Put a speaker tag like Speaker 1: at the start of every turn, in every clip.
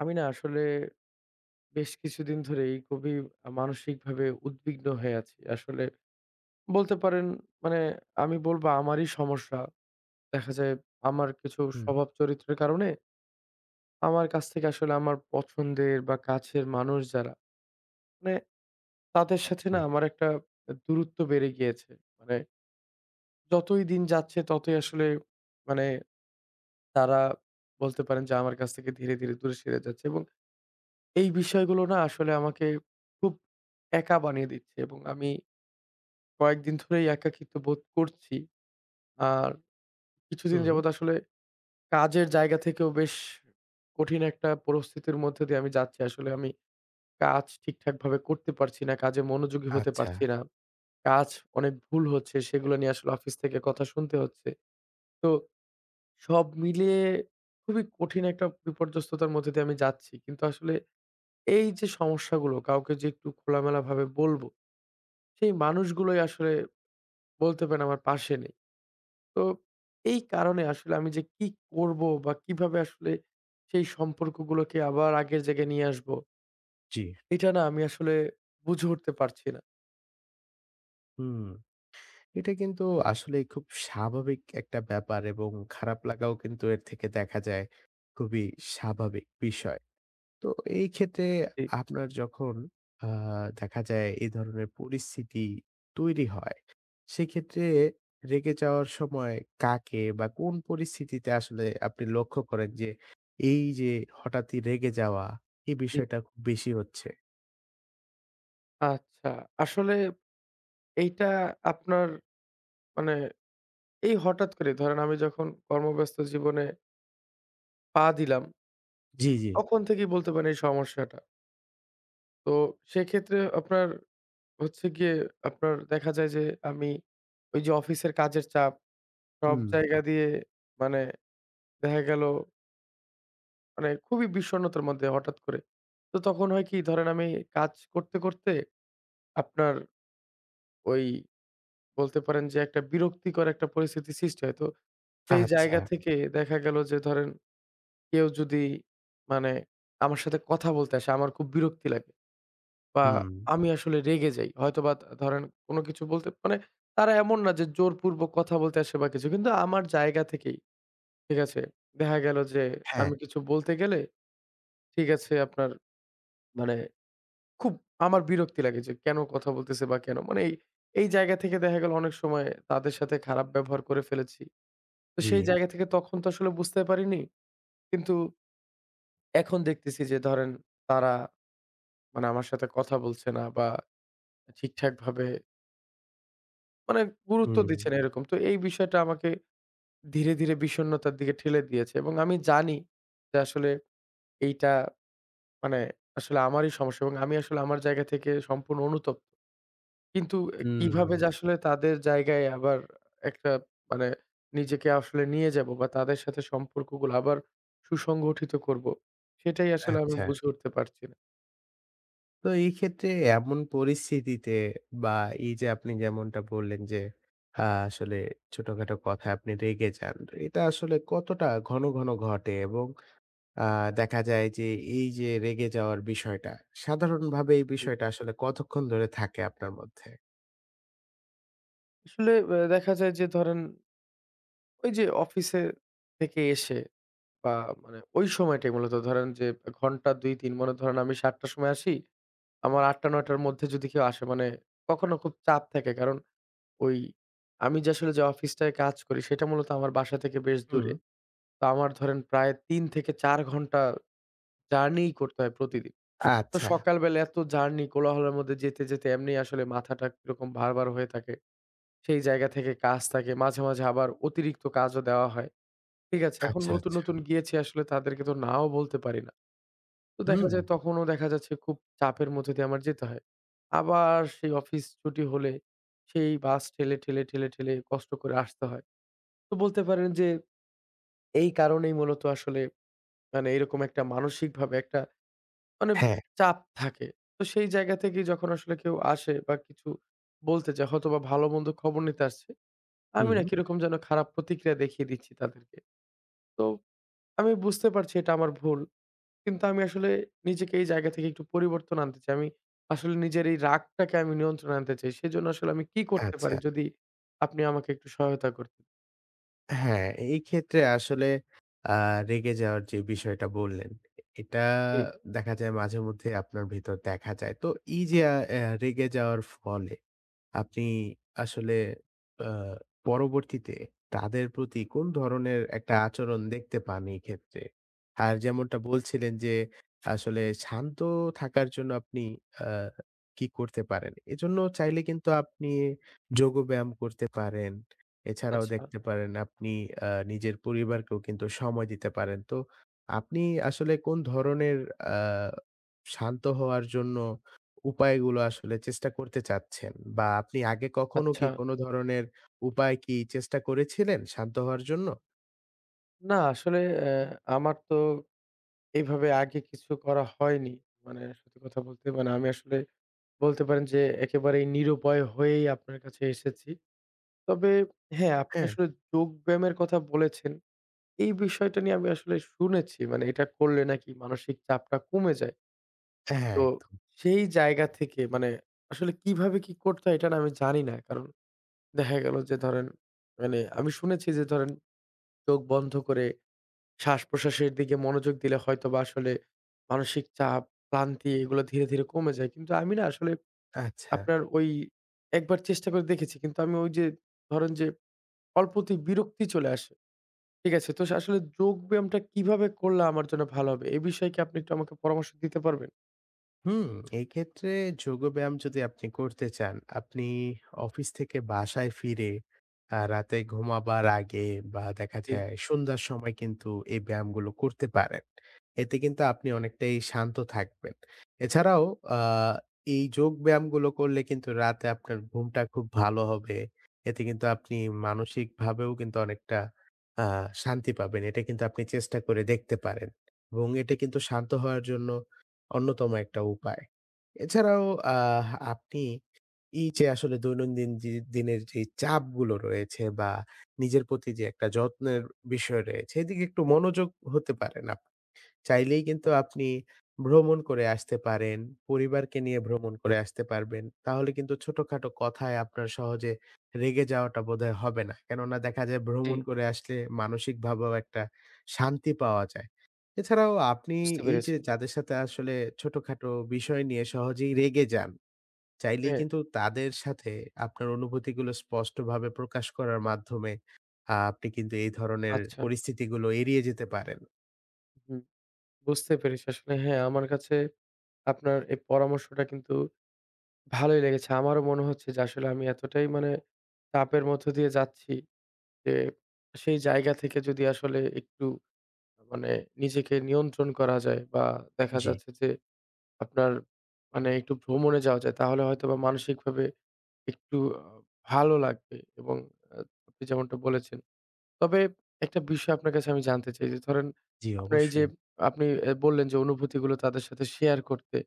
Speaker 1: আমি না আসলে বেশ কিছুদিন ধরেই খুবই মানসিকভাবে উদ্বিগ্ন হয়ে আছি। আসলে বলতে পারেন, মানে আমি বলবো আমারই সমস্যা। দেখা যায় আমার কিছু
Speaker 2: হুম,
Speaker 1: স্বভাব চরিত্রের কারণে আমার কাছ থেকে আসলে আমার পছন্দের বা কাছের মানুষ যারা, মানে তাদের সাথে
Speaker 2: জি।
Speaker 1: না আমার একটা দূরত্ব বেড়ে গিয়েছে। মানে যতই দিন যাচ্ছে ততই আসলে, মানে তারা বলতে পারেন যে আমার কাছ থেকে ধীরে, ধীরে দূরে সরে যাচ্ছে এবং এই বিষয়গুলো না আসলে আমাকে খুব একা বানিয়ে দিচ্ছে এবং আমি কয়েকদিন ধরেই একাকিত্ব বোধ করছি। আর কিছুদিন
Speaker 2: হুম,
Speaker 1: যাবত আসলে কাজের জায়গা থেকেও বেশ কঠিন একটা পরিস্থিতির মধ্যে দিয়ে আমি যাচ্ছি। আসলে আমি কাজ ঠিকঠাকভাবে করতে পারছি না, কাজে মনোযোগী হতে
Speaker 2: আচ্ছা।
Speaker 1: পারছি না। কাজ অনেক ভুল হচ্ছে, সেগুলো নিয়ে আসলে অফিস থেকে কথা শুনতে হচ্ছে। তো সব মিলিয়ে খুবই কঠিন একটা বিপর্যস্ততার মধ্যে দিয়ে আমি যাচ্ছি। কিন্তু আসলে এই যে সমস্যাগুলো কাউকে যে একটু খোলামেলাভাবে বলব সেই মানুষগুলোই আসলে বলতে পারেন আমার পাশে নেই। তো এই কারণে আসলে আমি যে কি করব বা কিভাবে আসলে সেই সম্পর্কগুলোকে আবার আগের জায়গায় নিয়ে আসব,
Speaker 2: জি।
Speaker 1: এটা না আমি আসলে বুঝে উঠতে পারছি না।
Speaker 2: হুম। এটা কিন্তু আসলেই খুব স্বাভাবিক একটা ব্যাপার এবং খারাপ লাগাও কিন্তু এর থেকে দেখা যায় খুবই স্বাভাবিক বিষয়। তো এই ক্ষেত্রে
Speaker 1: জি,
Speaker 2: আপনার যখন আ দেখা যায় এই ধরনের পরিস্থিতি তৈরি হয়, সেক্ষেত্রে রেগে যাওয়ার সময় কাকে বা কোন পরিস্থিতিতে আসলে আপনি লক্ষ্য করেন যে এই যে হঠাৎই রেগে যাওয়া, এই
Speaker 1: জি।
Speaker 2: বিষয়টা খুব বেশি হচ্ছে?
Speaker 1: আচ্ছা। আসলে এইটা আপনার, মানে এই হঠাৎ করে ধরেন আমি যখন কর্মব্যস্ত জীবনে পা দিলাম,
Speaker 2: জি, জি।
Speaker 1: তখন থেকেই বলতে পারেন এই সমস্যাটা। তো সেক্ষেত্রে আপনার হচ্ছে গিয়ে আপনার দেখা যায় যে আমি ওই যে অফিসের কাজের চাপ সব
Speaker 2: হুম।
Speaker 1: জায়গা দিয়ে, মানে দেখা গেল, মানে খুবই বিষণ্ণতার মধ্যে হঠাৎ করে। তো তখন হয় কি, ধরেন আমি কাজ করতে, করতে আপনার ওই বলতে পারেন যে একটা বিরক্তিকর একটা পরিস্থিতি সৃষ্টি হয়। তো সেই
Speaker 2: আচ্ছা।
Speaker 1: জায়গা থেকে দেখা গেল যে ধরেন কেউ যদি, মানে আমার সাথে কথা বলতে আসে আমার খুব বিরক্তি লাগে বা
Speaker 2: হুম।
Speaker 1: আমি আসলে রেগে যাই। হয়তোবা তা ধরেন কোন কিছু বলতে, মানে তারা এমন না যে জোরপূর্বক কথা বলতে আসে বা কিছু। কিন্তু আমার জায়গা থেকেই, ঠিক আছে? দেখা গেল যে
Speaker 2: হ্যাঁ।
Speaker 1: আমি কিছু বলতে গেলে, ঠিক আছে আপনার, মানে খুব আমার বিরক্তি লাগে যে কেন কথা বলতেছে বা কেন, মানে এই এই জায়গা থেকে দেখা গেল অনেক সময় তাদের সাথে খারাপ ব্যবহার করে ফেলেছি। তো
Speaker 2: জি।
Speaker 1: সেই জায়গা থেকে তখন তো আসলে বুঝতে পারিনি। কিন্তু এখন দেখতেছি যে ধরেন তারা, মানে আমার সাথে কথা বলছে না বা ঠিকঠাকভাবে, মানে গুরুত্ব
Speaker 2: হুম,
Speaker 1: দিচ্ছে না এরকম। তো এই বিষয়টা আমাকে ধীরে, ধীরে বিষণ্ণতার দিকে ঠেলে দিয়েছে এবং আমি জানি যে আসলে এইটা, মানে আসলে আমারই সমস্যা এবং আমি আসলে আমার জায়গা থেকে সম্পূর্ণ অনুতপ্ত। কিন্তু এ কিভাবে
Speaker 2: হুম।
Speaker 1: যে আসলে তাদের জায়গায় আবার একটা, মানে নিজেকে আসলে নিয়ে যাবো বা তাদের সাথে সম্পর্কগুলো আবার সুসংগঠিত করব, সেটাই আসলে আমি
Speaker 2: আচ্ছা।
Speaker 1: বুঝে উঠতে পারছি না।
Speaker 2: তো এই ক্ষেত্রে এমন পরিস্থিতিতে বা এই যে আপনি যেমনটা বললেন যে আসলে ছোটখাটো কথায় আপনি রেগে যান। এটা আসলে কতটা ঘন, ঘন ঘটে এবং আ দেখা যায় যে এই যে রেগে যাওয়ার বিষয়টা, সাধারণভাবে এই
Speaker 1: জি।
Speaker 2: বিষয়টা আসলে কতক্ষণ ধরে থাকে আপনার মধ্যে?
Speaker 1: আসলে দেখা যায় যে ধরেন ওই যে অফিসে থেকে এসে বা, মানে ওই সময়টাই মূলত ধরেন যে ঘন্টা ২-৩, মনে ধরেন আমি ৭ঃ০০ র সময় আসি, আমার ৮ঃ০০-৯ঃ০০ র মধ্যে যদি কেউ আসে, মানে কখনো খুব চাপ থাকে। কারণ ওই আমি যে আসলে যে অফিসটায় কাজ করি সেটা মূলত আমার বাসা থেকে বেশ
Speaker 2: হুম।
Speaker 1: দূরে। তো আমার ধরেন প্রায় ৩ থেকে ৪ ঘন্টা জার্নিই করতে হয় প্রতিদিন। তো
Speaker 2: আচ্ছা,
Speaker 1: সকালবেলা এত জার্নি কোলাহলের মধ্যে যেতে, যেতে এমনি আসলে মাথাটা কিরকম ভারবার হয়ে থাকে। সেই জায়গা থেকে কাজ থাকে। মাঝে, মাঝে আবার অতিরিক্ত কাজও দেওয়া হয়। ঠিক আছে? এখন
Speaker 2: আচ্ছা,
Speaker 1: নতুন,
Speaker 2: আচ্ছা।
Speaker 1: নতুন গিয়েছি আসলে তাদেরকে তো নাও বলতে পারি না। তো দেখা
Speaker 2: হুম।
Speaker 1: যায় তখনও দেখা যাচ্ছে খুব চাপের মধ্যে দিয়ে আমার যেতে হয়। আবার সেই অফিস ছুটি হলে সেই বাস ঠেলে, ঠেলে, ঠেলে, ঠেলে কষ্ট করে আসতে হয়। তো বলতে পারেন যে এই কারণেই মূলত আসলে, মানে এরকম একটা মানসিকভাবে একটা, মানে
Speaker 2: হ্যাঁ।
Speaker 1: চাপ থাকে। তো সেই জায়গা থেকেই যখন আসলে কেউ আসে বা কিছু বলতে চায়, হয়তোবা ভালো-মন্দ খবর নিতে আসছে, আমি
Speaker 2: হুম।
Speaker 1: না কিরকম যেন খারাপ প্রতিক্রিয়া দেখিয়ে দিচ্ছি তাদেরকে। তো আমি বুঝতে পারছি এটা আমার ভুল। কিন্তু আমি আসলে নিজেকে এই জায়গা থেকে একটু পরিবর্তন আনতে চাই। আমি আসলে নিজের এই রাগটাকে আমি নিয়ন্ত্রণে আনতে চাই। সেজন্য আসলে আমি কি করতে
Speaker 2: আচ্ছা।
Speaker 1: পারি যদি আপনি আমাকে একটু সহায়তা করতেন?
Speaker 2: হ্যাঁ, এই ক্ষেত্রে আসলে আ রেগে যাওয়ার যে বিষয়টা বললেন, এটা
Speaker 1: জি।
Speaker 2: দেখা যায় মাঝে মধ্যে আপনার ভেতর দেখা যায়। তো এই যে আ অ্যা রেগে যাওয়ার ফলে আপনি আসলে আ পরবর্তীতে তাদের প্রতি কোন ধরনের একটা আচরণ দেখতে পান এই ক্ষেত্রে? আর যেমনটা বলছিলেন যে, আসলে শান্ত থাকার জন্য আপনি আ কি করতে পারেন? এজন্য চাইলে কিন্তু আপনি যোগব্যায়াম করতে পারেন। এছাড়াও
Speaker 1: আচ্ছা,
Speaker 2: দেখতে পারেন আপনি নিজের পরিবারকেও কিন্তু সময় দিতে পারেন। তো আপনি আসলে কোন ধরনের শান্ত হওয়ার জন্য উপায়গুলো আসলে চেষ্টা করতে চাচ্ছেন? বা আপনি আগে কখনো কি
Speaker 1: আচ্ছা।
Speaker 2: কোনো ধরনের উপায় কি চেষ্টা করেছিলেন শান্ত হওয়ার জন্য?
Speaker 1: না আসলে আমার তো এভাবে আগে কিছু করা হয়নি। মানে সত্যি কথা বলতে, মানে আমি আসলে বলতে পারেন যে একেবারেই নিরুপায় হয়েই আপনার কাছে এসেছি। তবে হ্যাঁ, আপনি
Speaker 2: হ্যাঁ,
Speaker 1: আসলে যোগব্যায়ামের কথা বলেছেন। এই বিষয়টা নিয়ে আমি আসলে শুনেছি। মানে এটা করলে নাকি মানসিক চাপটা কমে যায়।
Speaker 2: হ্যাঁ,
Speaker 1: তো
Speaker 2: একদম।
Speaker 1: সেই জায়গা থেকে, মানে আসলে কিভাবে কি করতে হয় এটা না আমি জানি না। কারণ দেখা গেল যে ধরেন, মানে আমি শুনেছি যে ধরেন চোখ বন্ধ করে শ্বাস-প্রশ্বাসের দিকে মনোযোগ দিলে হয়তোবা আসলে মানসিক চাপ, ক্লান্তি এগুলো ধীরে, ধীরে কমে যায়। কিন্তু আমি না আসলে
Speaker 2: আচ্ছা।
Speaker 1: আপনার ওই একবার চেষ্টা করে দেখেছি। কিন্তু আমি ওই যে ধরেন যে অল্পতেই বিরক্তি চলে আসে। ঠিক আছে? তো আসলে যোগ ব্যায়ামটা কিভাবে করলে আমার জন্য ভালো হবে? এ বিষয়ে কি আপনি একটু আমাকে পরামর্শ দিতে পারবেন?
Speaker 2: হুম, এক্ষেত্রে যোগব্যায়াম যদি আপনি করতে চান, আপনি অফিস থেকে বাসায় ফিরে রাতে ঘুমাবার আগে বা দেখা
Speaker 1: জি,
Speaker 2: যায় সন্ধ্যার সময় কিন্তু এই ব্যায়ামগুলো করতে পারেন। এতে কিন্তু আপনি অনেকটাই শান্ত থাকবেন। এছাড়াও আ এই যোগ ব্যায়ামগুলো করলে কিন্তু রাতে আপনার ঘুমটা খুব ভালো হবে। এতে কিন্তু আপনি মানসিকভাবেও কিন্তু অনেকটা আ শান্তি পাবেন। এটা কিন্তু আপনি চেষ্টা করে দেখতে পারেন এবং এটা
Speaker 1: জি,
Speaker 2: কিন্তু শান্ত হওয়ার জন্য অন্যতম একটা উপায়। এছাড়াও আপনি এই যে আসলে দৈনন্দিন যে দিনের যে চাপগুলো রয়েছে বা নিজের প্রতি যে একটা যত্নের বিষয় রয়েছে, এদিকে একটু মনোযোগ হতে পারেন চাইলেই কিন্তু আপনি ভ্রমণ করে আসতে পারেন। পরিবারকে নিয়ে ভ্রমণ করে আসতে পারবেন। তাহলে কিন্তু ছোটখাটো কথায় আপনার সহজে রেগে যাওয়াটা বোধহয় হবে না। কেননা দেখা যায়
Speaker 1: জি,
Speaker 2: ভ্রমণ করে আসলে মানসিকভাবেও একটা শান্তি পাওয়া যায়। এছাড়াও আপনি
Speaker 1: বুঝতে
Speaker 2: এই
Speaker 1: পেরেছি।
Speaker 2: যে যাদের সাথে আসলে ছোটখাটো বিষয় নিয়ে সহজেই রেগে যান, চাইলেই
Speaker 1: হ্যাঁ,
Speaker 2: কিন্তু তাদের সাথে আপনার অনুভূতিগুলো স্পষ্টভাবে প্রকাশ করার মাধ্যমে আপনি কিন্তু এই ধরনের
Speaker 1: আচ্ছা।
Speaker 2: পরিস্থিতিগুলো এড়িয়ে যেতে পারেন।
Speaker 1: হুম, বুঝতে পেরেছি। আসলে হ্যাঁ, আমার কাছে আপনার এই পরামর্শটা কিন্তু ভালোই লেগেছে। আমারও মনে হচ্ছে যে আসলে আমি এতটাই, মানে চাপের মধ্য দিয়ে যাচ্ছি যে সেই জায়গা থেকে যদি আসলে একটু, মানে নিজেকে নিয়ন্ত্রণ করা যায় বা দেখা
Speaker 2: জি,
Speaker 1: যাচ্ছে যে আপনার, মানে একটু ভ্রমণে যাওয়া যায় তাহলে হয়তোবা মানসিকভাবে একটু ভালো লাগবে এবং আ আপনি যেমনটা বলেছেন। তবে একটা বিষয় আপনার কাছে আমি জানতে চাই যে ধরেন
Speaker 2: জি
Speaker 1: আপনার এই যে
Speaker 2: অবশ্যই।
Speaker 1: আপনি বললেন যে অনুভূতিগুলো তাদের সাথে শেয়ার করতে।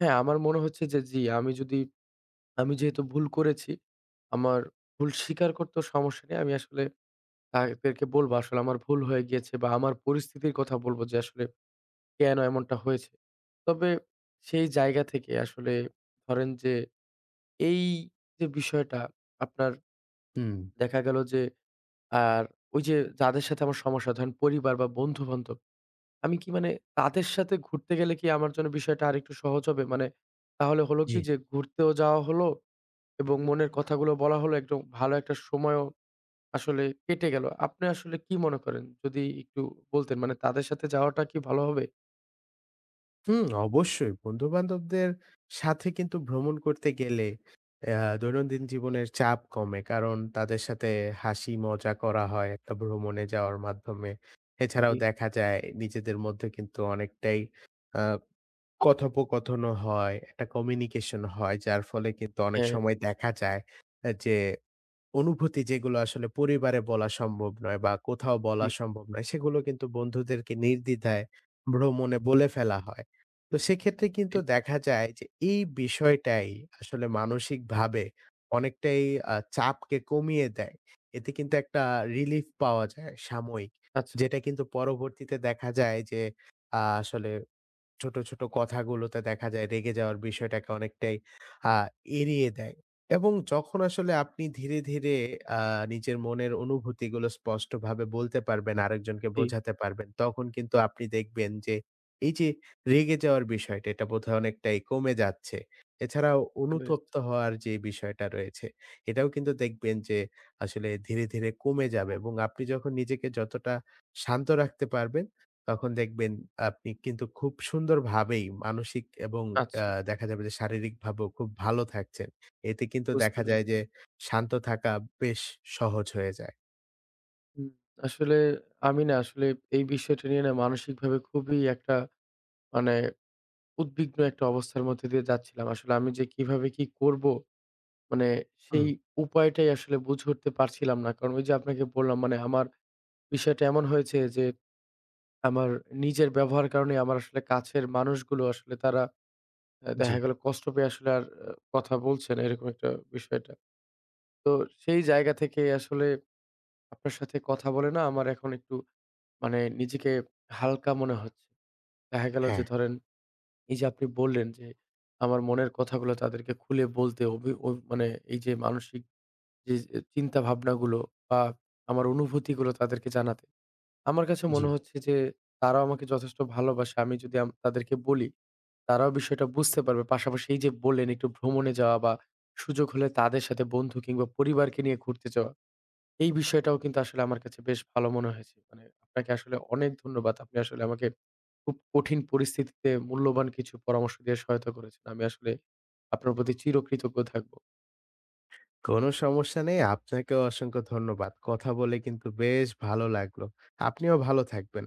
Speaker 1: হ্যাঁ, আমার মনে হচ্ছে যে, জি আমি যেহেতু ভুল করেছি, আমার ভুল স্বীকার করতেও সমস্যা নেই। আমি আসলে তাদেরকে বলব আসলে আমার ভুল হয়ে গিয়েছে বা আমার পরিস্থিতির কথা বলব যে আসলে কেন এমনটা হয়েছে। তবে সেই জায়গা থেকে আসলে ধরেন যে এই যে বিষয়টা আপনার
Speaker 2: হুম,
Speaker 1: দেখা গেল যে আর ওই যে যাদের সাথে আমার সমস্যা ধরেন পরিবার বা বন্ধু-বান্ধব, আমি কি, মানে তাদের সাথে ঘুরতে গেলে কি আমার জন্য বিষয়টা আরেকটু সহজ হবে? মানে তাহলে হলো
Speaker 2: জি।
Speaker 1: কি যে ঘুরতেও যাওয়া হলো এবং মনের কথাগুলো বলা হলো একদম ভালো একটা সময়ও আসলে কেটে গেল। আপনি আসলে কি মনে করেন? যদি একটু বলতেন, মানে তাদের সাথে যাওয়াটা কি ভালো হবে?
Speaker 2: হুম, অবশ্যই বন্ধু-বান্ধবদের সাথে কিন্তু ভ্রমণ করতে গেলে দৈনন্দিন জীবনের চাপ কমে। কারণ তাদের সাথে হাসি মজা করা হয় একটা ভ্রমণে যাওয়ার মাধ্যমে। এছাড়াও
Speaker 1: জি।
Speaker 2: দেখা যায় নিজেদের মধ্যে কিন্তু অনেকটাই আ কথোপকথনও হয়, একটা কমিউনিকেশন হয়। যার ফলে কিন্তু অনেক
Speaker 1: হ্যাঁ,
Speaker 2: সময় দেখা যায় যে অনুভূতি যেগুলো আসলে পরিবারে বলা সম্ভব নয় বা কোথাও
Speaker 1: জি,
Speaker 2: বলা সম্ভব নয়, সেগুলো কিন্তু বন্ধুদেরকে নির্দ্বিধায় ভ্রমণে বলে ফেলা হয়। তো সেক্ষেত্রে
Speaker 1: জি।
Speaker 2: কিন্তু দেখা যায় যে এই বিষয়টাই আসলে মানসিকভাবে অনেকটাই চাপকে কমিয়ে দেয়। এতে কিন্তু একটা রিলিফ পাওয়া যায় সাময়িক।
Speaker 1: আচ্ছা,
Speaker 2: যেটা কিন্তু পরবর্তীতে দেখা যায় যে আসলে ছোট, ছোট কথাগুলোতে দেখা যায় রেগে যাওয়ার বিষয়টাকে অনেকটাই আ এড়িয়ে দেয়। এবং যখন আসলে আপনি ধীরে, ধীরে আ নিজের মনের অনুভূতিগুলো স্পষ্টভাবে বলতে পারবেন, আরেকজনকে
Speaker 1: জি,
Speaker 2: বোঝাতে পারবেন, তখন কিন্তু আপনি দেখবেন যে এই যে রেগে যাওয়ার বিষয়টা এটা বোধহয় অনেকটাই কমে যাচ্ছে। এছাড়াও
Speaker 1: বুঝতে পেরেছি।
Speaker 2: অনুতপ্ত হওয়ার যে বিষয়টা রয়েছে, এটাও কিন্তু দেখবেন যে আসলে ধীরে, ধীরে কমে যাবে এবং আপনি যখন নিজেকে যতটা শান্ত রাখতে পারবেন তখন দেখবেন আপনি কিন্তু খুব সুন্দরভাবেই মানসিক এবং আ
Speaker 1: আচ্ছা,
Speaker 2: দেখা যাবে যে শারীরিকভাবেও খুব ভালো থাকছেন। এতে কিন্তু
Speaker 1: বুঝতে
Speaker 2: দেখা যায়
Speaker 1: পেরেছি।
Speaker 2: যে শান্ত থাকা বেশ সহজ হয়ে যায়।
Speaker 1: হুম, আসলে আমি না আসলে এই বিষয়টা নিয়ে না মানসিকভাবে খুবই একটা, মানে উদ্বিগ্ন একটা অবস্থার মধ্যে দিয়ে যাচ্ছিলাম। আসলে আমি যে কিভাবে কি করব? মানে
Speaker 2: হুম।
Speaker 1: সেই উপায়টাই আসলে বুঝে উঠতে পারছিলাম না। কারণ ওই যে আপনাকে বললাম, মানে আমার বিষয়টা এমন হয়েছে যে আমার নিজের ব্যবহার কারণে আমার আসলে কাছের মানুষগুলো আসলে তারা
Speaker 2: জি,
Speaker 1: দেখা গেল কষ্ট পেয়ে আসলে আর কথা বলছে না এরকম একটা বিষয়টা। তো সেই জায়গা থেকে আসলে আপনার সাথে কথা বলে না আমার এখন একটু, মানে নিজেকে হালকা মনে হচ্ছে। দেখা গেল যে
Speaker 2: হ্যাঁ।
Speaker 1: ধরেন এই যে আপনি বললেন যে আমার মনের কথাগুলো তাদেরকে খুলে বলতে ও, মানে এই যে মানসিক যে যে চিন্তা ভাবনাগুলো বা আমার অনুভূতিগুলো তাদেরকে জানাতে। আমার কাছে
Speaker 2: জি।
Speaker 1: মনে হচ্ছে যে তারাও আমাকে যথেষ্ট ভালোবাসে। আমি যদি তাদেরকে বলি তারাও বিষয়টা বুঝতে পারবে। পাশাপাশি এই যে বললেন একটু ভ্রমণে যাওয়া বা সুযোগ হলে তাদের সাথে বন্ধু কিংবা পরিবারকে নিয়ে ঘুরতে যাওয়া। এই বিষয়টাও কিন্তু আসলে আমার কাছে বেশ ভালো মনে হয়েছে। মানে আপনাকে আসলে অনেক ধন্যবাদ। আপনি আসলে আমাকে খুব কঠিন পরিস্থিতিতে মূল্যবান কিছু পরামর্শ দিয়ে সহায়তা করেছেন। আমি আসলে আপনার প্রতি চিরকৃতজ্ঞ থাকবো।
Speaker 2: কোনো সমস্যা নেই। আপনাকেও অসংখ্য ধন্যবাদ। কথা বলে কিন্তু বেশ ভালো লাগলো। আপনিও ভালো থাকবেন।